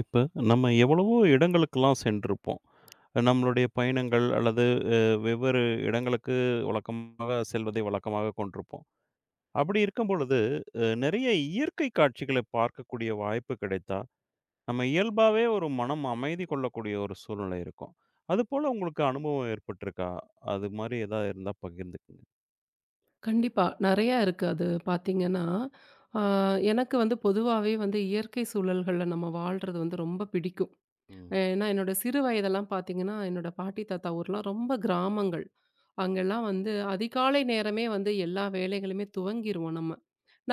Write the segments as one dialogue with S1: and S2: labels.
S1: இப்ப நம்ம எவ்வளவோ இடங்களுக்கெல்லாம் சென்றிருப்போம். நம்மளுடைய பயணங்கள் அல்லது அ வெவ்வேறு இடங்களுக்கு வழக்கமாக செல்வதை வழக்கமாக கொண்டிருப்போம். அப்படி இருக்கும் பொழுது, நிறைய இயற்கை காட்சிகளை பார்க்கக்கூடிய வாய்ப்பு கிடைத்தா, நம்ம இயல்பாவே ஒரு மனம் அமைதி கொள்ளக்கூடிய ஒரு சூழ்நிலை இருக்கும். அதுபோல உங்களுக்கு அனுபவம் ஏற்பட்டிருக்கா? அது மாரி ஏதாவது இருந்தா பகிர்ந்துக்குங்க.
S2: கண்டிப்பா. நெறையா இருக்கு. அது பார்த்தீங்கன்னா, ஆ எனக்கு வந்து பொதுவாவே வந்து இயற்கை சூழல்கள்ல நம்ம வாழ்றது வந்து ரொம்ப பிடிக்கும்.
S1: ம்,
S2: ஏன்னா என்னோட சிறு வயதெல்லாம் பார்த்தீங்கன்னா, என்னோட பாட்டி, தாத்தா ஊர்லாம் ரொம்ப கிராமங்கள். அங்கெல்லாம் வந்து அதிகாலை நேரமே வந்து எல்லா வேலைகளுமே துவங்கிருவோம் நம்ம.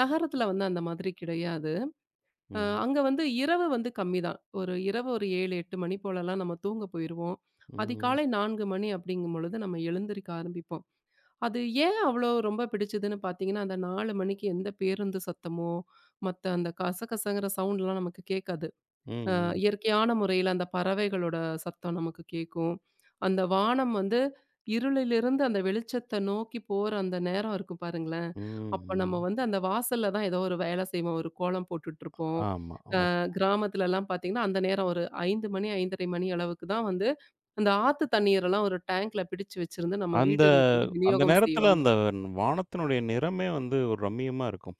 S2: நகரத்துல வந்து அந்த மாதிரி கிடையாது.
S1: ம்,
S2: அங்க வந்து இரவு வந்து கம்மிதான். ஒரு இரவு ஒரு 7, 8 மணி போலலாம் நம்ம தூங்க போயிருவோம்.
S1: ம், ம்,
S2: அதிகாலை 4 மணி அப்படிங்கும் பொழுது நம்ம எழுந்திரிக்க ஆரம்பிப்போம். அது ஏன் அவ்வளோ ரொம்ப பிடிச்சதுன்னு பார்த்தீங்கன்னா, அந்த 4 மணிக்கு எந்த பேருந்து சத்தமோ, மத்த அந்த கசகசங்கிற சவுண்ட்லாம் நமக்கு கேட்காது.
S1: ம்,
S2: இயற்கையான முறையில அந்த பறவைகளோட சத்தம் நமக்கு கேட்கும். அந்த வானம் வந்து இருளிலிருந்து அந்த வெளிச்சத்த நோக்கி போற அந்த நேரம் இருக்கும் பாருங்களேன்,
S1: ம்,
S2: அப்ப நம்ம
S1: ம்.
S2: வந்து அந்த வாசல்ல தான் ஏதோ ஒரு வேலை செய்வோம். ஒரு கோலம் போட்டுட்ருப்போம்.
S1: ஆமா.
S2: கிராமத்துலலாம் பார்த்தீங்கன்னா, அந்த நேரம் ஒரு 5 மணி, 5:30 மணி அளவுக்கு தான் வந்து அந்த ஆத்து தண்ணீரெல்லாம் ஒரு டேங்க்ல பிடிச்சு வச்சிருந்து நம்ம
S1: அந்த
S2: வீடுகளுக்கு வந்து
S1: அந்த
S2: விநியோகம்
S1: நேரத்துல
S2: செய்வாங்க.
S1: அந்த வானத்தினுடைய நிறமே வந்து ஒரு ரம்மியமா இருக்கும்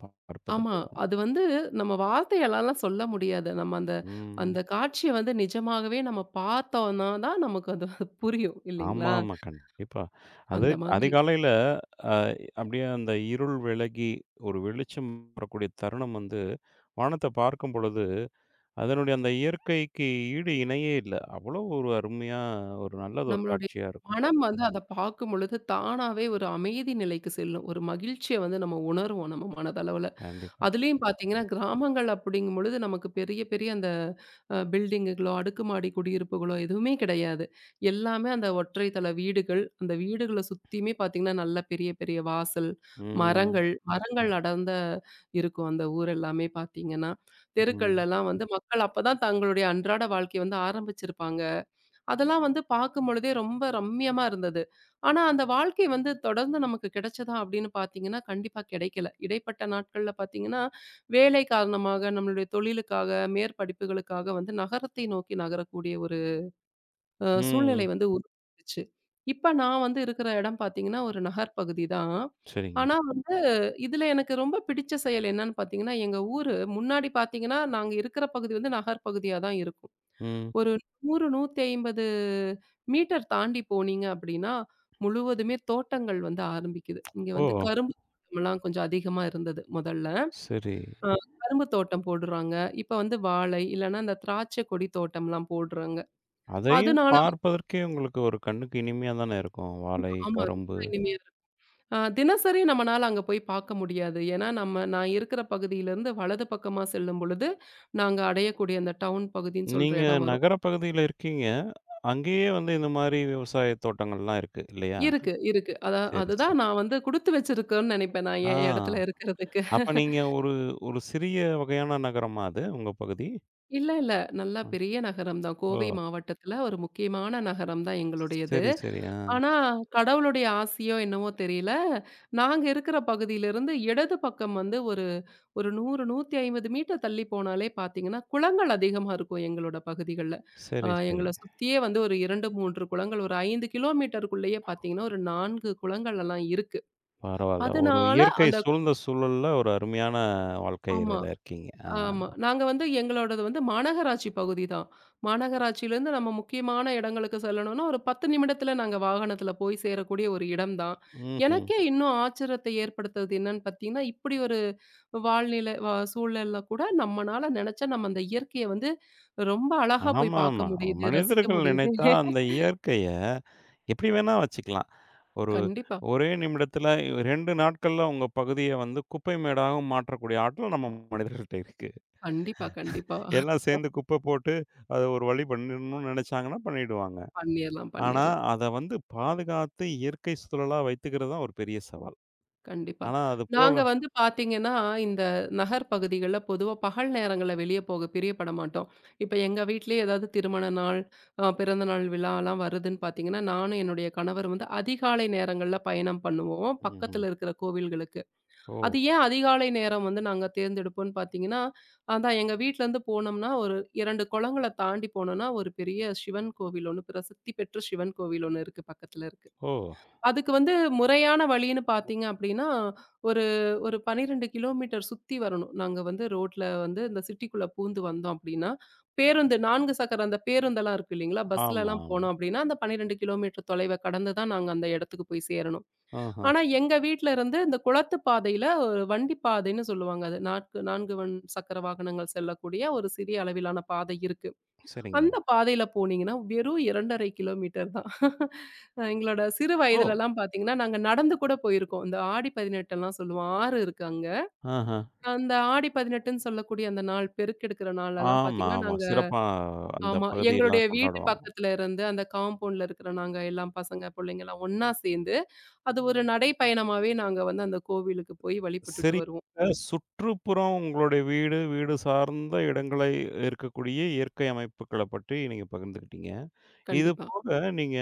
S2: ஆமா.
S1: பார்ப்பதற்கு.
S2: அது வந்து நம்ம வார்த்தையாலலாம் சொல்ல முடியாது. நம்ம அந்த
S1: ம்.
S2: அந்த காட்சிய வந்து நிஜமாகவே நம்ம பார்த்தோம்னா தான் நமக்கு அது புரியும்
S1: ஆமா,
S2: இல்லைங்களா?
S1: ஆமா. கண்டிப்பா. அது
S2: அந்த மாதிரி.
S1: அதிகாலையில அ அப்படியே அந்த இருள் விலகி ஒரு வெளிச்சம் வரக்கூடிய தருணம் வந்து வானத்த பார்க்கும் பொழுது, அதனுடைய அந்த இயற்கைக்கு ஈடு இணையே இல்ல. அவ்வளோ ஒரு அருமையா ஒரு நல்லது ஒரு
S2: நம்மளுடைய
S1: காட்சியா இருக்கும்.
S2: மனம் வந்து அத பார்க்கும் பொழுது தானாவே ஒரு அமைதி நிலைக்கு செல்லும். ஒரு மகிழ்ச்சிய வந்து நம்ம உணருவோம் நம்ம மனதளவுல.
S1: கண்டிப்பா.
S2: அதுலயும் பார்த்தீங்கன்னா, கிராமங்கள் அப்படிங்கும் பொழுது நமக்கு பெரிய பெரிய அந்த பில்டிங்குகளோ, அடுக்குமாடி குடியிருப்புகளோ எதுவுமே கிடையாது. எல்லாமே அந்த ஒற்றை தலை வீடுகள். அந்த வீடுகள சுத்தியுமே பார்த்தீங்கன்னா, நல்ல பெரிய பெரிய வாசல்,
S1: ம்.
S2: மரங்கள் அடர்ந்த இருக்கும் அந்த ஊர் எல்லாமே பார்த்தீங்கன்னா.
S1: ம்.
S2: தெருக்கள்லலாம் வந்து மக்கள் அப்பதான் தங்களுடைய அன்றாட வாழ்க்கைய வந்து ஆரம்பிச்சிருப்பாங்க. அதெல்லாம் வந்து பார்க்கும்பொழுதே ரொம்ப ரம்மியமா இருந்தது. ஆனா, அந்த வாழ்க்கை வந்து தொடர்ந்து நமக்கு கிடைச்சதா அப்படின்னு பார்த்தீங்கன்னா, கண்டிப்பா கிடைக்கல. இடைப்பட்ட நாட்கள்ல பார்த்தீங்கன்னா, வேலை காரணமாக, நம்மளுடைய தொழிலுக்காக, மேற்படிப்புகளுக்காக வந்து நகரத்தை நோக்கி நகரக்கூடிய ஒரு சூழ்நிலை
S1: ம்.
S2: வந்து உருவாச்சு. இப்ப நான் வந்து இருக்கிற இடம் பார்த்தீங்கன்னா, ஒரு நகர் பகுதி தான்.
S1: சரிங்க.
S2: ஆனா வந்து, இதுல எனக்கு ரொம்ப பிடிச்ச செயல் என்னன்னு பார்த்தீங்கன்னா, எங்க ஊரு முன்னாடி பார்த்தீங்கன்னா, நாங்க இருக்கிற பகுதி வந்து நகர் பகுதியா தான் இருக்கும்.
S1: ம்.
S2: ஒரு 100, 150 மீட்டர் தாண்டி போனீங்க அப்படின்னா, முழுவதுமே தோட்டங்கள் வந்து ஆரம்பிக்குது. இங்க
S1: ஓ!
S2: வந்து கரும்பு தோட்டம்லாம் கொஞ்சம் அதிகமா இருந்தது முதல்ல.
S1: சரி.
S2: அ கரும்பு தோட்டம் போடுறாங்க. இப்ப வந்து வாழை, இல்லன்னா இந்த திராட்சை கொடி தோட்டம்லாம் போடுறாங்க.
S1: அதையும்
S2: அதனால
S1: பார்ப்பதற்கே உங்களுக்கு ஒரு கண்ணுக்கு இனிமையா தானே இருக்கும். வாழை,
S2: ஆமா ரொம்ப
S1: கரும்பு.
S2: இனிமையா இருக்கு. தினசரி நம்மனால அங்க போய் பார்க்க முடியாது. ஏன்னா, நான் இருக்கிற பகுதியிலிருந்து வலது பக்கமா செல்லும் பொழுது, நாங்க அடையக்கூடிய அந்த டவுன் பகுதின்னு சொல்ற
S1: நீங்க
S2: இடம் வரும்.
S1: நகர பகுதியில இருக்கீங்க. அங்கேயே வந்து இந்த மாரி விவசாய தோட்டங்கள்லாம் இருக்கு இல்லையா?
S2: இருக்கு, இருக்கு.
S1: சரி, சரி.
S2: அதுதான் நான் வந்து குடுத்து வச்சிருக்கேன்னு நெனைப்பேன். நான்
S1: ஆ.
S2: என் இடத்துல இருக்கிறதுக்கு.
S1: அப்ப நீங்க ஒரு ஒரு சிறிய வகையான நகரமா அது உங்க பகுதி?
S2: இல்ல, இல்ல. நல்லா
S1: ம்.
S2: பெரிய நகரம் தான். கோவை
S1: ஓ!
S2: மாவட்டத்துல ஒரு முக்கியமான நகரம் தான் எங்களுடையது.
S1: சரி, சரி. ஆ.
S2: ஆனா, கடவுளுடைய ஆசியோ என்னவோ தெரியல. நாங்க இருக்கிற பகுதியிலிருந்து இடது பக்கம் வந்து ஒரு ஒரு 100, 150 மீட்டர் தள்ளி போனாலே பார்த்தீங்கன்னா, குளங்கள் அதிகமா இருக்கும் எங்களோட பகுதிகள்ல.
S1: சரி, சரி.
S2: எங்கள சுத்தியே வந்து ஒரு 2, 3 குளங்கள், ஒரு 5 கிலோமீட்டருக்குள்ளேயே பார்த்தீங்கன்னா, ஒரு 4 குளங்கள் எல்லாம் இருக்கு.
S1: பரவால்ல. ஒரு
S2: அதனால
S1: இயற்கை
S2: அந்த
S1: சூழ்ந்த சூழல்ல ஒரு அருமையான
S2: ஆமா.
S1: வாழ்க்கையில இருக்கீங்க. ஆ.
S2: ஆமா. நாங்க வந்து எங்களோடது வந்து மாநகராட்சி பகுதி தான். மாநகராட்சியிலேருந்து நம்ம முக்கியமான இடங்களுக்கு செல்லணும்னா, ஒரு 10 நிமிடத்தில நாங்க வாகனத்தில போய் சேரக்கூடிய ஒரு இடம் தான்.
S1: ம்ஹ்ம்.
S2: எனக்கே இன்னும் ஆச்சரியத்தை ஏற்படுத்துறது என்னன்னு பார்த்தீங்கன்னா, இப்படி ஒரு வாழ்நிலை சூழல்ல கூட நம்மனால நெனச்சா நம்ம அந்த இயற்கைய வந்து ரொம்ப அழகா போய்
S1: ஆமாமா.
S2: பார்க்க முடியுது, ரசிக்க
S1: மனிதர்கள்
S2: முடியுது.
S1: நினைத்தா அந்த இயற்கைய எப்படி வேணா வச்சுக்கலாம். ஒரு
S2: கண்டிப்பா,
S1: ஒரே நிமிடத்துல 2 நாட்கள்ல உங்க பகுதிய வந்து குப்பை மேடாகவும் மாற்றக்கூடிய ஆற்றல் நம்ம மனிதர்கள்ட்ட இருக்கு.
S2: கண்டிப்பா, கண்டிப்பா.
S1: எல்லாம் சேர்ந்து குப்பை போட்டு அத ஒரு வழி பண்ணிடணும்னு நினைச்சாங்கன்னா பண்ணிடுவாங்க.
S2: பண்ணிறலாம்,
S1: ஆனா,
S2: பண்ணிறலாம்.
S1: அத வந்து பாதுகாத்து இயற்கை சூழலா வைத்துக்கிறது தான் ஒரு பெரிய சவால்.
S2: கண்டிப்பா.
S1: ஆனா, அது போல
S2: நாங்க வந்து பார்த்தீங்கன்னா, இந்த நகர் பகுதிகள்ல பொதுவா பகல் நேரங்கள்ல வெளிய போக பிரியப்பட மாட்டோம். இப்ப எங்க வீட்லயே ஏதாவது திருமண நாள், பிறந்தநாள் விழாலாம் வருதுன்னு பார்த்தீங்கன்னா, நானும் என்னுடைய கணவர் வந்து அதிகாலை நேரங்கள்ல பயணம் பண்ணுவோம்,
S1: ம்ஹ்ம்.
S2: பக்கத்துல இருக்கிற கோவில்களுக்கு. அது
S1: ஓ!
S2: ஏன் அதிகாலை நேரம் வந்து நாங்க தேர்ந்தெடுப்போம்ன்னு பார்த்தீங்கன்னா, அதான் எங்க வீட்லருந்து போனோம்னா, ஒரு 2 குளங்கள தாண்டி போனோம்னா, ஒரு பெரிய சிவன் கோவில் ஒண்ணு, பிரசித்தி பெற்ற சிவன் கோவில் ஒண்ணு இருக்கு பக்கத்துல இருக்கு.
S1: ஓ!
S2: அதுக்கு வந்து முறையான வழின்னு பார்த்தீங்க அப்டின்னா, ஒரு ஒரு 12 கிலோமீட்டர் சுத்தி வரணும். நாங்க வந்து ரோட்ல வந்து இந்த சிட்டிக்குள்ள பூந்து வந்தோம் அப்டின்னா, பேருந்து 4 சக்கர அந்த பேருந்தெல்லாம் இருக்கு இல்லைங்களா? பஸ்லலாம்
S1: ஆமாம்.
S2: போனோம் அப்டின்னா, அந்த 12 கிலோமீட்டர் தொலைவ கடந்து தான் நாங்க அந்த இடத்துக்கு போய் சேரணும்.
S1: ஆஹ.
S2: ஆனா, எங்க வீட்ல இருந்து இந்த குளத்து பாதையில ஒரு வண்டி பாதைன்னு சொல்லுவாங்க. அது 4 வன் சக்கர வாகனங்கள் செல்லக்கூடிய ஒரு சிறிய அளவிலான பாதை இருக்கு.
S1: சரிங்க.
S2: அந்த பாதையில போனீங்கன்னா, வெறும் 2 1/2 கிலோமீட்டர் தான். எங்களோட சிறு
S1: ஓ!
S2: வயதுலலாம் பார்த்தீங்கன்னா, நாங்க நடந்து கூட போயிருக்கோம். இந்த ஆடி 18லாம் சொல்லுவோம். ஆறு இருக்கு அங்க.
S1: ஆஹ.
S2: அந்த ஆடி 18ன்னு சொல்லக்கூடிய அந்த நாள், பெருக்கெடுக்கிற நாளெல்லாம்
S1: ஆமா,
S2: பார்த்தீங்கன்னா,
S1: ஆமா.
S2: நாங்க
S1: சிறப்பா அந்த
S2: ஆமா. எங்களுடைய
S1: பகுதியெல்லாம்
S2: வீட்டு
S1: கொண்டாடுவாங்க.
S2: பக்கத்துல இருந்து அந்த காம்பவுண்ட்ல இருக்கிற நாங்க எல்லாம் பசங்க, புள்ளைங்கலாம் ஒண்ணா சேர்ந்து, அது ஒரு நடைப்பயணமாவே நாங்க வந்து அந்த கோவிலுக்கு போய் வழிபட்டுட்டு
S1: சரி.
S2: வருவோம்.
S1: சுற்றுப்புறம் உங்களுடைய வீடு, வீடு சார்ந்த இடங்களை இருக்கக்கூடிய இயற்கை அமைப்புகள பற்றி நீங்க பகிர்ந்துக்கிட்டீங்க. இது
S2: கண்டிப்பா.
S1: போக நீங்க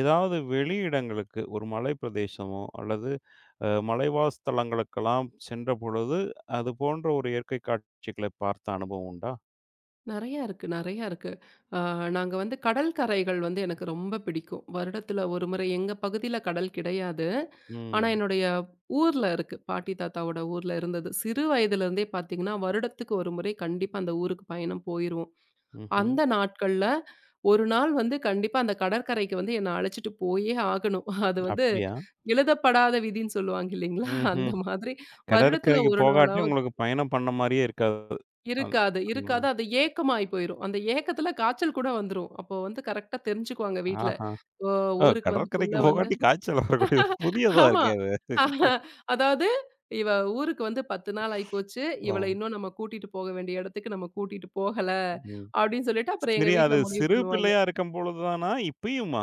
S1: ஏதாவது வெளி இடங்களுக்கு, ஒரு மலை பிரதேசமோ அல்லது மலைவாஸ் தலங்களுக்கெல்லாம் சென்ற பொழுது, அது போன்ற ஒரு இயற்கை காட்சிகளை பார்த்த அனுபவம் உண்டா?
S2: நெறையா இருக்கு, நெறையா இருக்கு. அ நாங்க வந்து கடல் கரைகள் வந்து எனக்கு ரொம்ப பிடிக்கும். வருடத்துல ஒரு முறை எங்க பகுதியில கடல் கிடையாது. ஆனா,
S1: ம்.
S2: என்னுடைய ஊர்ல இருக்கு. பாட்டி தாத்தாவோட ஊர்ல இருந்தது. சிறு வயதிலிருந்தே பார்த்தீங்கன்னா, வருடத்துக்கு ஒரு முறை கண்டிப்பா அந்த ஊருக்கு பயணம் போயிருவோம்.
S1: ம்ஹ்ம்.
S2: அந்த நாட்கள்ல ஒரு நாள் வந்து கண்டிப்பா அந்த கடற்கரைக்கு வந்து என்ன அழைச்சிட்டு போயே ஆகணும். அது வந்து
S1: அப்படியா?
S2: எழுதப்படாத விதின்னு சொல்லுவாங்க இல்லைங்களா?
S1: ம்ஹ்ம்.
S2: அந்த மாதிரி வருடத்துல
S1: கடற்கரைக்கு
S2: ஒரு
S1: போகாட்டியும்
S2: நாளாவது
S1: உங்களுக்கு பயணம் பண்ண மாரியே இருக்காது. அ
S2: இருக்காது,
S1: ம்.
S2: இருக்காது. அது ஏக்கமாயி போயிரும். அந்த ஏக்கத்துல காய்ச்சல் கூட வந்துரும். அப்போ வந்து கரெக்ட்டா தெரிஞ்சுக்குவாங்க வீட்ல.
S1: ஆஹா.
S2: ஓ
S1: ஆ
S2: ஊருக்கு வந்து புள்ள
S1: கடற்கரைக்கு
S2: வந்து
S1: போகாட்டி காய்ச்சல் வரக்கூடிய புதியதா
S2: ஆமா.
S1: இருக்கே அது.
S2: அதாவது இவ ஊருக்கு வந்து 10 நாள் ஆயிப்போச்சு.
S1: ஓ!
S2: இவள இன்னும் நம்ம கூட்டிட்டு போக வேண்டிய இடத்துக்கு நம்ம கூட்டிட்டு போகல,
S1: ம்.
S2: அப்படின்னு சொல்லிட்டு அப்புறம் எங்க
S1: சரி,
S2: வீட்ல
S1: அது
S2: முடிவு
S1: சிறு
S2: பண்ணுவாங்க.
S1: பிள்ளையா இருக்கும்பொழுது தானா? இப்பயுமா?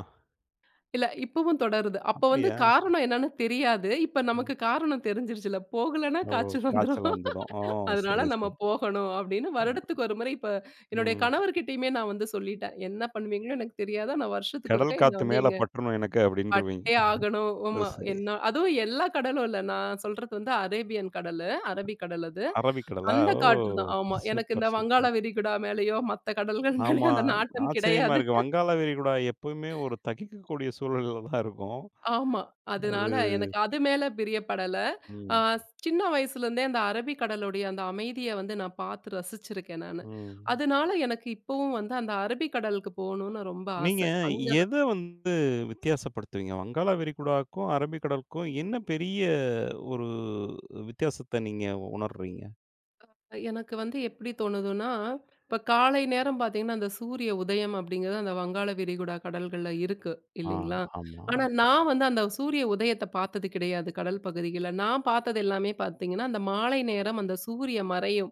S2: இல்ல இப்பவும் தொடருது. அப்ப வந்து
S1: அப்படியா?
S2: காரணம் என்னன்னு தெரியாது. இப்ப
S1: ம்.
S2: நமக்கு காரணம் தெரிஞ்சிருச்சுல்ல. போகலன்னா
S1: ஓ!
S2: காய்ச்சல் வந்துரும்.
S1: காய்ச்சல் வந்துடும். ஓ!
S2: அதனால
S1: சரி,
S2: நம்ம
S1: சரி.
S2: போகணும் அப்படின்னு வருடத்துக்கு ஒரு முறை இப்ப என்னுடைய
S1: ம்.
S2: கணவர்கிட்டயுமே நான் வந்து சொல்லிட்டேன். என்ன பண்ணுவீங்களோ எனக்கு தெரியாது. ஆனா வருஷத்துக்கு
S1: "கடல்
S2: ஒருக்கா என்ன
S1: காத்து
S2: வந்து
S1: மேல
S2: எங்க
S1: பட்டுரும் எனக்கு" அப்படின்ருவீங்க.
S2: பட்டே ஆகணும்.
S1: அது
S2: ஆமா.
S1: சரி.
S2: என்ன அதுவும் எல்லா கடலும் இல்ல. நான் சொல்றது வந்து அரேபியன் கடலு, அரபிக்கடல் அது.
S1: அரபிக்கடலா?
S2: அந்த
S1: ஓ!
S2: காற்று தான். ஆமா. எனக்கு
S1: சூப்பர்,
S2: இந்த வங்காள
S1: சூப்பர்.
S2: விரிகுடா மேலயோ, மத்த கடல்கள்
S1: ஆமா.
S2: மேலயோ அந்த நாட்டம்
S1: ஆச்சரியமா
S2: கிடையாது.
S1: இருக்கு. வங்காள விரிகுடா எப்பவுமே ஒரு தகிக்கக்கூடிய சூழல்ல தான் இருக்கும்.
S2: ஆமா.
S1: அது
S2: அதனால எனக்கு அது மேல பிரியப்படல. அ
S1: ம்,
S2: சின்ன வயசுலருந்தே அந்த அரபிக்கடலுடைய அந்த அமைதிய வந்து நான் பார்த்து ரசிச்சிருக்கேன் நானு.
S1: ம்.
S2: அதனால எனக்கு இப்பவும் வந்து அந்த அரபிக்கடலுக்கு போணும்னு ரொம்ப
S1: நீங்க
S2: ஆசை. அங்க
S1: எத வித்தியாசப்படுத்துவீங்க? வங்காள விரிகுடாவுக்கும், அரபிக்கடலுக்கும் என்ன பெரிய ஒரு வித்தியாசத்த நீங்க உணர்றீங்க?
S2: எனக்கு வந்து எப்படி தோணுதுன்னா, இப்ப காலை நேரம் பார்த்தீங்கன்னா, அந்த சூரிய உதயம் அப்படிங்கிறது அந்த வங்காள விரிகுடா கடல்கள்ல இருக்கு
S1: ஆ,
S2: இல்லைங்களா?
S1: ஆமா.
S2: ஆனா நான் வந்து அந்த சூரிய உதயத்த பார்த்தது கிடையாது கடல் பகுதிகள்ல. நான் பார்த்தது எல்லாமே பார்த்தீங்கன்னா, அந்த மாலை நேரம் அந்த சூரிய மறையும்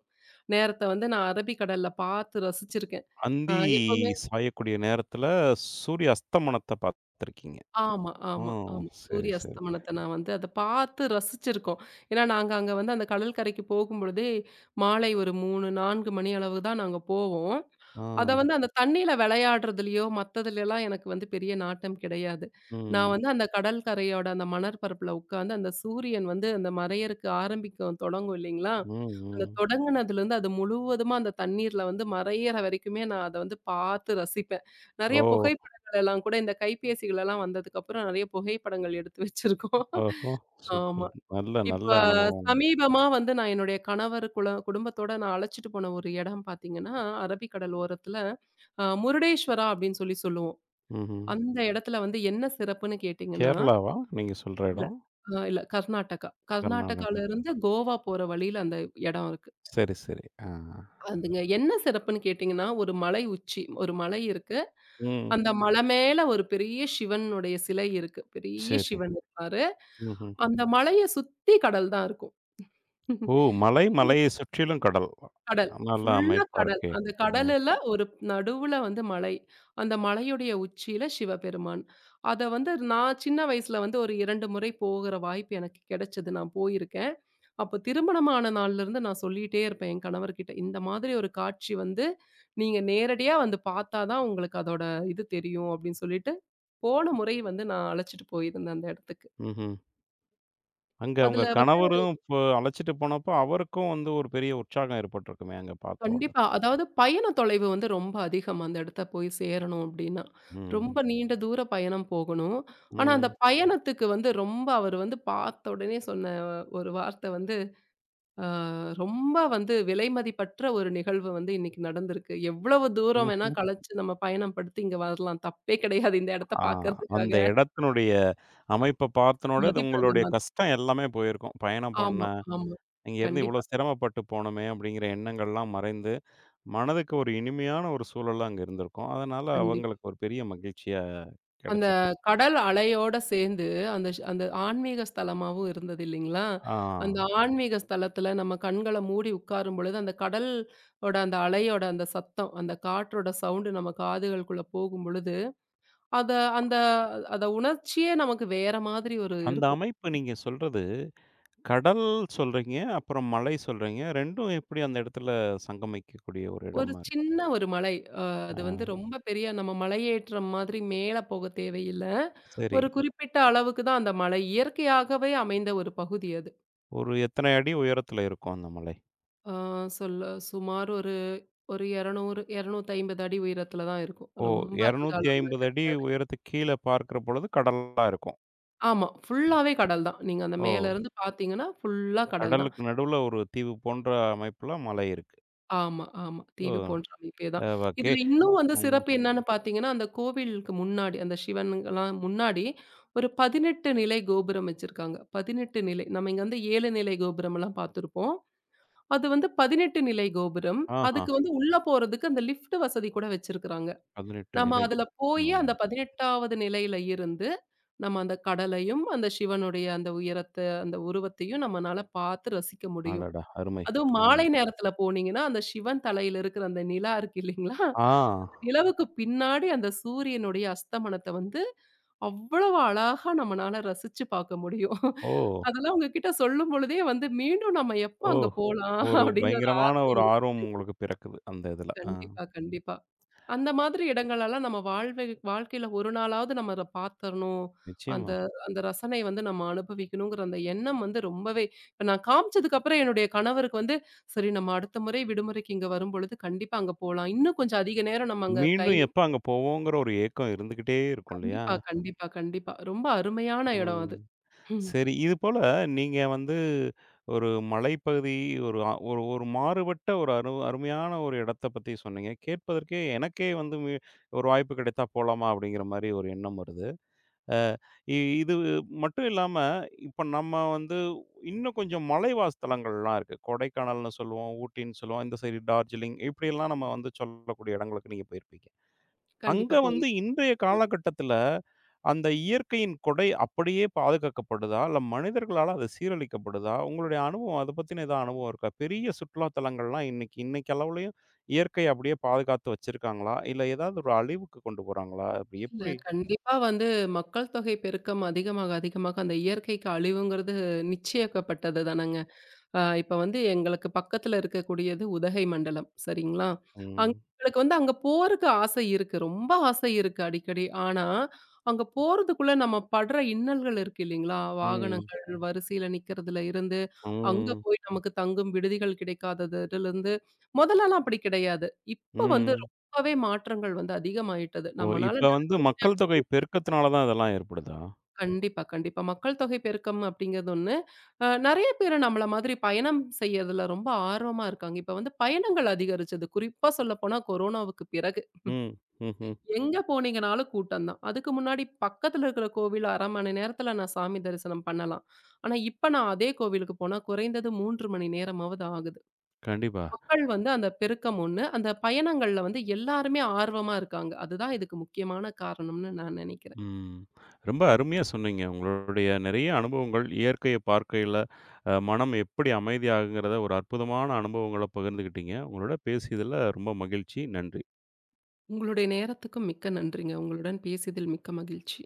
S2: நேரத்த வந்து நான் அரபிக்கடல்ல பார்த்து ரசிச்சிருக்கேன். அ
S1: அந்தி
S2: எப்பவுமே
S1: சாயக்கூடிய நேரத்துல சூரிய அஸ்தமனத்த பார்த்துருக்கீங்க.
S2: ஆமா,
S1: ஓ!
S2: ஆமா, ஆமா.
S1: சரி,
S2: சூரிய
S1: சரி.
S2: அஸ்தமனத்த நான் வந்து அத பார்த்து ரசிச்சிருக்கோம். ஏன்னா, நாங்க அங்க வந்து அந்த கடல் கரைக்கு போகும்பொழுதே, மாலை ஒரு 3, 4 மணி அளவு தான் நாங்க போவோம்.
S1: ஆ.
S2: அத வந்து அந்த தண்ணீல விளையாடுறதுலயோ, மத்ததுலலாம் எனக்கு வந்து பெரிய நாட்டம் கிடையாது. நான்
S1: ம்.
S2: வந்து அந்த கடல் கரையோட அந்த மணற்பரப்புல உட்காந்து, அந்த சூரியன் வந்து அந்த மறையறக்கு தொடங்கும் இல்லைங்களா?
S1: ம்,
S2: அந்த
S1: ம்.
S2: தொடங்குனதுலருந்து அது முழுவதுமா அந்த தண்ணீர்ல வந்து மறையிற வரைக்குமே நான் அத வந்து பார்த்து ரசிப்பேன்.
S1: ஓ!
S2: நெறைய புகைப்படங்கள் எல்லாம் கூட இந்த கைபேசிகள் எல்லாம் வந்ததுக்கப்புறம் நெறைய புகைப்படங்கள் எடுத்து வச்சிருக்கோம்.
S1: ஓஹோ! சூப்பர்.
S2: ஆமா.
S1: நல்ல
S2: இப்ப
S1: நல்ல அனுபவம் உங்களுக்கு.
S2: சமீபமா வந்து நான் என்னுடைய கணவர் குல குடும்பத்தோட நான் அழைச்சிட்டு போன ஒரு இடம் பார்த்தீங்கன்னா, அரபிக்கடல் ஓரத்துல முருடேஸ்வரா அப்படின்னு சொல்லி சொல்லுவோம்.
S1: ம்ஹ்ம்.
S2: அந்த இடத்துல வந்து என்ன சிறப்புன்னு கேட்டீங்கன்னா,
S1: கேரளாவா நீங்க சொல்ற
S2: இல்ல.
S1: இடம்?
S2: இல்ல கர்நாடகா. கர்நாடகால
S1: கர்நாடகா.
S2: இருந்து கோவா போற வழியில அந்த இடம் இருக்கு.
S1: சரி, சரி. ஆ.
S2: அதுங்க என்ன சிறப்புன்னு கேட்டீங்கன்னா, ஒரு மலை உச்சி, ஒரு மலை இருக்கு.
S1: ம்.
S2: அந்த மலை மேல ஒரு பெரிய சிவனுடைய சிலை இருக்கு. பெரிய
S1: சரி.
S2: சிவன் இருப்பாரு.
S1: ம்ஹ்ம்.
S2: அந்த மலைய சுத்தி கடல் தான் இருக்கும்.
S1: ஓ! மலை, மலையை சுற்றிலும் கடல்.
S2: கடல்.
S1: நல்ல
S2: ஃபுல்லா
S1: அமைப்பா
S2: கடல்.
S1: இருக்கே!
S2: அந்த
S1: அ.
S2: கடலுல ஒரு நடுவுல வந்து மலை. அந்த மலையுடைய உச்சியில சிவபெருமான். அத வந்து நான் சின்ன வயசுல வந்து ஒரு 2 முறை போகிற வாய்ப்பு எனக்கு கிடைச்சது. நான் போயிருக்கேன். அப்போ திருமணமான நாள்லருந்து நான் சொல்லிட்டே இருப்பேன் என் கணவர்கிட்ட. இந்த மாதிரி ஒரு காட்சி வந்து நீங்க நேரடியா வந்து பார்த்தா தான் உங்களுக்கு அதோட இது தெரியும் அப்படின்னு சொல்லிட்டு, போன முறை வந்து நான் அழைச்சிட்டு போயிருந்தேன் அந்த இடத்துக்கு.
S1: ம்ஹ்ம். அங்க உங்க
S2: அதுல வந்து
S1: கணவரும் இப்போ அழைச்சிட்டு போனப்போ, அவருக்கும் வந்து ஒரு பெரிய உற்சாகம் ஏற்பட்டிருக்குமே! அங்க பார்த்தோனே!
S2: கண்டிப்பா. அதாவது பயண தொலைவு வந்து ரொம்ப அதிகம். அந்த இடத்த போய் சேரணும் அப்டின்னா.
S1: ம்.
S2: ரொம்ப நீண்ட தூர பயணம் போகணும். ஆனா, அந்த
S1: ம்.
S2: பயணத்துக்கு வந்து ரொம்ப அவர் வந்து பார்த்த உடனே சொன்ன ஒரு வார்த்த வந்து, அ ரொம்ப வந்து விலைமதிப்பற்ற ஒரு நிகழ்வு வந்து இன்னைக்கு நடந்திருக்கு. எவ்வளவு தூரம் வேணா
S1: ம்ஹ்ம்.
S2: கழிச்சு நம்ம பயணம் படுத்து இங்க வரலாம். தப்பே கிடையாது. இந்த இடத்த
S1: ஆ அந்த
S2: பார்க்கறதுக்காக.
S1: இடத்தினுடைய அமைப்ப பார்த்தனோட, அது
S2: மதிப்பு அந்த
S1: உங்களுடைய
S2: மாதிரி.
S1: கஷ்டம் எல்லாமே போயிருக்கும். பயணம் பண்ண,
S2: ஆமா, ஆமா.
S1: இங்கேருந்து இவ்வளோ
S2: கண்டிப்பா,
S1: சிரமப்பட்டு போனோமே! அப்படிங்கிற எண்ணங்கள்லாம் மறைந்து, மனதுக்கு ஒரு இனிமையான ஒரு சூழலா அங்க இருந்திருக்கும். அதனால
S2: கண்டிப்பா.
S1: அவங்களுக்கு ஒரு பெரிய மகிழ்ச்சியா
S2: அந்த
S1: கிடைச்சிருக்கும்.
S2: கடல் அலையோட சேர்ந்து அந்த ஆன்மீக ஸ்தலமாவும் இருந்தது இல்லைங்களா?
S1: ஆ.
S2: அந்த ஆன்மீக ஸ்தலத்துல நம்ம கண்கள மூடி உட்காரும் பொழுது, அந்த கடல் ஓட அந்த அலையோட அந்த சத்தம், அந்த காற்றோட சவுண்டு நம்ம காதுகளுக்குள்ள போகும்பொழுது, அத அந்த அத உணர்ச்சியே நமக்கு வேற மாதிரி ஒரு
S1: அந்த
S2: இருக்கும்.
S1: அமைப்பு நீங்க சொல்றது, கடல் சொல்றீங்க, அப்புறம் மலை சொல்றீங்க. 2ம் எப்படி அந்த இடத்துல சங்கமிக்கக்கூடிய ஒரு
S2: ஒரு
S1: இடமா இருக்கு?
S2: சின்ன ஒரு மலை. அ அது வந்து
S1: ஆ
S2: ரொம்ப பெரிய நம்ம மலையேற்றம் மாதிரி மேல போக தேவையில்ல.
S1: சரி.
S2: ஒரு குறிப்பிட்ட அளவுக்கு தான் அந்த மலை. இயற்கையாகவே அமைந்த ஒரு பகுதி அது.
S1: ஒரு எத்தனை அடி உயரத்துல இருக்கும் அந்த மலை?
S2: ஆ சொல்ல சுமார் ஒரு ஒரு 200 250 அடி உயரத்தில தான் இருக்கும்.
S1: ஓ!
S2: ரொம்ப அதிக அளவுல
S1: 250 அடி
S2: கிடையாது.
S1: உயரத்துக்கு கீழ பார்க்கிற பொழுது கடலா இருக்கும்.
S2: ஆமா. ஃபுல்லாவே கடல் தான். நீங்க அந்த
S1: ஓ!
S2: மேல இருந்து பார்த்தீங்கன்னா, ஃபுல்லா கடல் தான்.
S1: கடலுக்கு நடுவுல ஒரு தீவு போன்ற அமைப்புல மலை இருக்கு.
S2: ஆமா, ஆமா.
S1: ஓ!
S2: தீவு போன்ற அமைப்பே தான்.
S1: ஓகே.
S2: இதுல இன்னும் வந்து
S1: ம்.
S2: சிறப்பு என்னன்னு பார்த்தீங்கன்னா, அந்த கோவிலுக்கு முன்னாடி அந்த சிவனுங்கலாம் முன்னாடி ஒரு 18 நிலை கோபுரம் வச்சிருக்காங்க. 18 நிலை. நம்ம இங்க வந்து 7 நிலை கோபுரம்லாம் பார்த்துருப்போம். அது வந்து 18 நிலை கோபுரம்.
S1: ஆஹா!
S2: அதுக்கு வந்து உள்ள போறதுக்கு அந்த லிஃப்ட் வசதி கூட வச்சிருக்கிறாங்க.
S1: 18
S2: நம்ம
S1: நிலை.
S2: கண்டிப்பா. அதுல போயி
S1: ம்.
S2: அந்த 18வது நிலையில இருந்து, நம்ம அந்த கடலையும், அந்த சிவனுடைய அந்த உயரத்த, அந்த உருவத்தையும் நம்மனால பார்த்து ரசிக்க முடியும்.
S1: அடடா! அருமை.
S2: அதுவும் மாலை
S1: ம்.
S2: நேரத்துல போனீங்கன்னா, அந்த சிவன் தலையில இருக்கிற அந்த நிலா இருக்கு இல்லீங்களா?
S1: ஆ.
S2: அந்த நிலவுக்கு பின்னாடி அந்த சூரியனுடைய அஸ்தமனத்த வந்து, அவ்வளவு அழகா நம்மனால ரசிச்சு பார்க்க முடியும்.
S1: ஓ!
S2: அதெல்லாம் உங்ககிட்ட சொல்லும் பொழுதே வந்து, "மீண்டும் நம்ம எப்ப
S1: ஓ!
S2: அங்க போலாம்?"
S1: ஒரு
S2: அப்படின்னு ஒரு
S1: பயங்கரமான
S2: ஆசை
S1: ஒரு
S2: இருக்கு.
S1: ஆர்வம் உங்களுக்கு பிறக்குது, அந்த இதுல. ஆ,
S2: கண்டிப்பா, கண்டிப்பா. அந்த மாதிரி இடங்களெல்லாம் நம்ம வாழ்க்கையில ஒரு நாளாவது நம்ம அத பாத்தரணும். அந்த
S1: நிச்சயமா.
S2: ம். அந்த ரசனை வந்து நம்ம அனுபவிக்கணுங்கிற அந்த எண்ணம் வந்து ரொம்பவே இப்ப நான் காமிச்சதுக்கப்புறம் என்னுடைய கணவருக்கு வந்து, "சரி நம்ம அடுத்த முறை விடுமுறைக்கு இங்க வரும்பொழுது கண்டிப்பா அங்க போலாம். இன்னும் கொஞ்சம் அதிக நேரம் நம்ம அங்க
S1: மீண்டும்
S2: டைம்"
S1: எப்ப அங்க போவோங்கிற ஒரு ஏக்கம் இருந்துகிட்டே இருக்கும் இல்லையா?
S2: கண்டிப்பா, கண்டிப்பா, கண்டிப்பா. ரொம்ப அருமையான இடம்
S1: ம்.
S2: அது. ம்.
S1: சரி, இது போல நீங்க வந்து ஒரு மலைப்பகுதி, ஒரு மாறுபட்ட ஒரு அருமையான ஒரு இடத்த பத்தி சொன்னீங்க. கேட்பதற்கே எனக்கே வந்து ஒரு வாய்ப்பு கிடைத்தா போலாமா? அப்படிங்கிற மாரி ஒரு எண்ணம் வருது. அ இ இது மட்டும் இல்லாம, இப்ப நம்ம வந்து இன்னும் கொஞ்சம் மலைவாஸ் தலங்கள்லாம் இருக்கு. கொடைக்கானல்னு சொல்லுவோம், ஊட்டின்னு சொல்லுவோம். இந்த சைடு டார்ஜிலிங் இப்படியெல்லாம் நம்ம வந்து சொல்லக்கூடிய இடங்களுக்கு நீங்க போயிருப்பீங்க. அங்க
S2: கண்டிப்பா
S1: வந்து
S2: போயிருக்கணும்.
S1: இன்றைய காலகட்டத்தில அந்த இயற்கையின் கொடை அப்படியே பாதுகாக்கப்படுதா? இல்ல மனிதர்களால அது சீரழிக்கப்படுதா? உங்களுடைய அனுபவம் அத பத்தின ஏதாவது அனுபவம் இருக்கா? பெரிய சுற்றுலா தலங்கள்லாம் இன்னைக்கு இன்னைக்கு அளவுலயும் இயற்கைய அப்படியே பாதுகாத்து வச்சிருக்காங்களா? இல்ல ஏதாவது ஒரு அழிவுக்கு கொண்டு போறாங்களா? அப்படி
S2: இல்ல
S1: எப்படி?
S2: கண்டிப்பா வந்து மக்கள் தொகை பெருக்கம் அதிகமாக அதிகமாக அந்த இயற்கைக்கு அழிவுங்கிறது நிச்சயிக்கப்பட்டது தானங்க. இப்ப வந்து எங்களுக்கு பக்கத்துல இருக்கக்கூடியது உதகை மண்டலம். சரிங்களா? அங்
S1: ம்.
S2: எங்களுக்கு வந்து அங்க போறக்கு ஆசை இருக்கு. ரொம்ப ஆசை இருக்கு அடிக்கடி. ஆனா, அங்க போறதுக்குள்ள நம்ம படுற இன்னல்கள் இருக்கு இல்லைங்களா?
S1: ம்.
S2: வாகனங்கள் வரிசையில நிக்கிறதுல இருந்து, அங்க
S1: ம்.
S2: போய் நமக்கு தங்கும் விடுதிகள் கிடைக்காததுலருந்து, முதல்லலாம் அப்படி கிடையாது. இப்ப வந்து
S1: ம்.
S2: ரொம்பவே மாற்றங்கள் வந்து அதிகமாயிட்டது.
S1: ஓ!
S2: நம்மனால
S1: இப்ப
S2: நினைச்ச
S1: வந்து மக்கள் தொகை பெருக்கத்தினால தான் இதெல்லாம் ஏற்படுதா?
S2: கண்டிப்பா, கண்டிப்பா. மக்கள் தொகை பெருக்கம் அப்படிங்கிறது ஒண்ணு. நெறைய பேரு நம்மள மாதிரி பயணம் செய்யறதுல ரொம்ப ஆர்வமா இருக்காங்க. இப்ப வந்து பயணங்கள் அதிகரிச்சது. குறிப்பா சொல்லப்போனா கொரோனாவுக்கு பிறகு.
S1: ம். ம்ஹ்ம்.
S2: எங்க போனீங்கனாலும் கூட்டம் தான். அதுக்கு முன்னாடி பக்கத்துல இருக்கிற கோவில் 1/2 மணி நேரத்துல நான் சாமி தரிசனம் பண்ணலாம். ஆனா, இப்ப நான் அதே கோவிலுக்கு போனா குறைந்தது 3 மணி நேரமாவது ஆகுது.
S1: கண்டிப்பா.
S2: மக்கள் வந்து அந்த பெருக்கம் ஒண்ணு. அந்த பயணங்கள்ல வந்து எல்லாருமே ஆர்வமா இருக்காங்க. அதுதான் இதுக்கு முக்கியமான காரணம்னு நான் நெனைக்கிறேன்.
S1: ம். ரொம்ப அருமையா சொன்னீங்க. உங்களுடைய நிறைய அனுபவங்கள், இயற்கைய பார்க்கையில மனம் எப்படி அமைதியாகுங்கிறத ஒரு அற்புதமான அனுபவங்கள பகிர்ந்துக்கிட்டீங்க. உங்களோட பேசியதில ரொம்ப மகிழ்ச்சி. நன்றி.
S2: உங்களுடைய நேரத்துக்கும் மிக்க நன்றிங்க. உங்களுடன் பேசியதில் மிக்க மகிழ்ச்சி.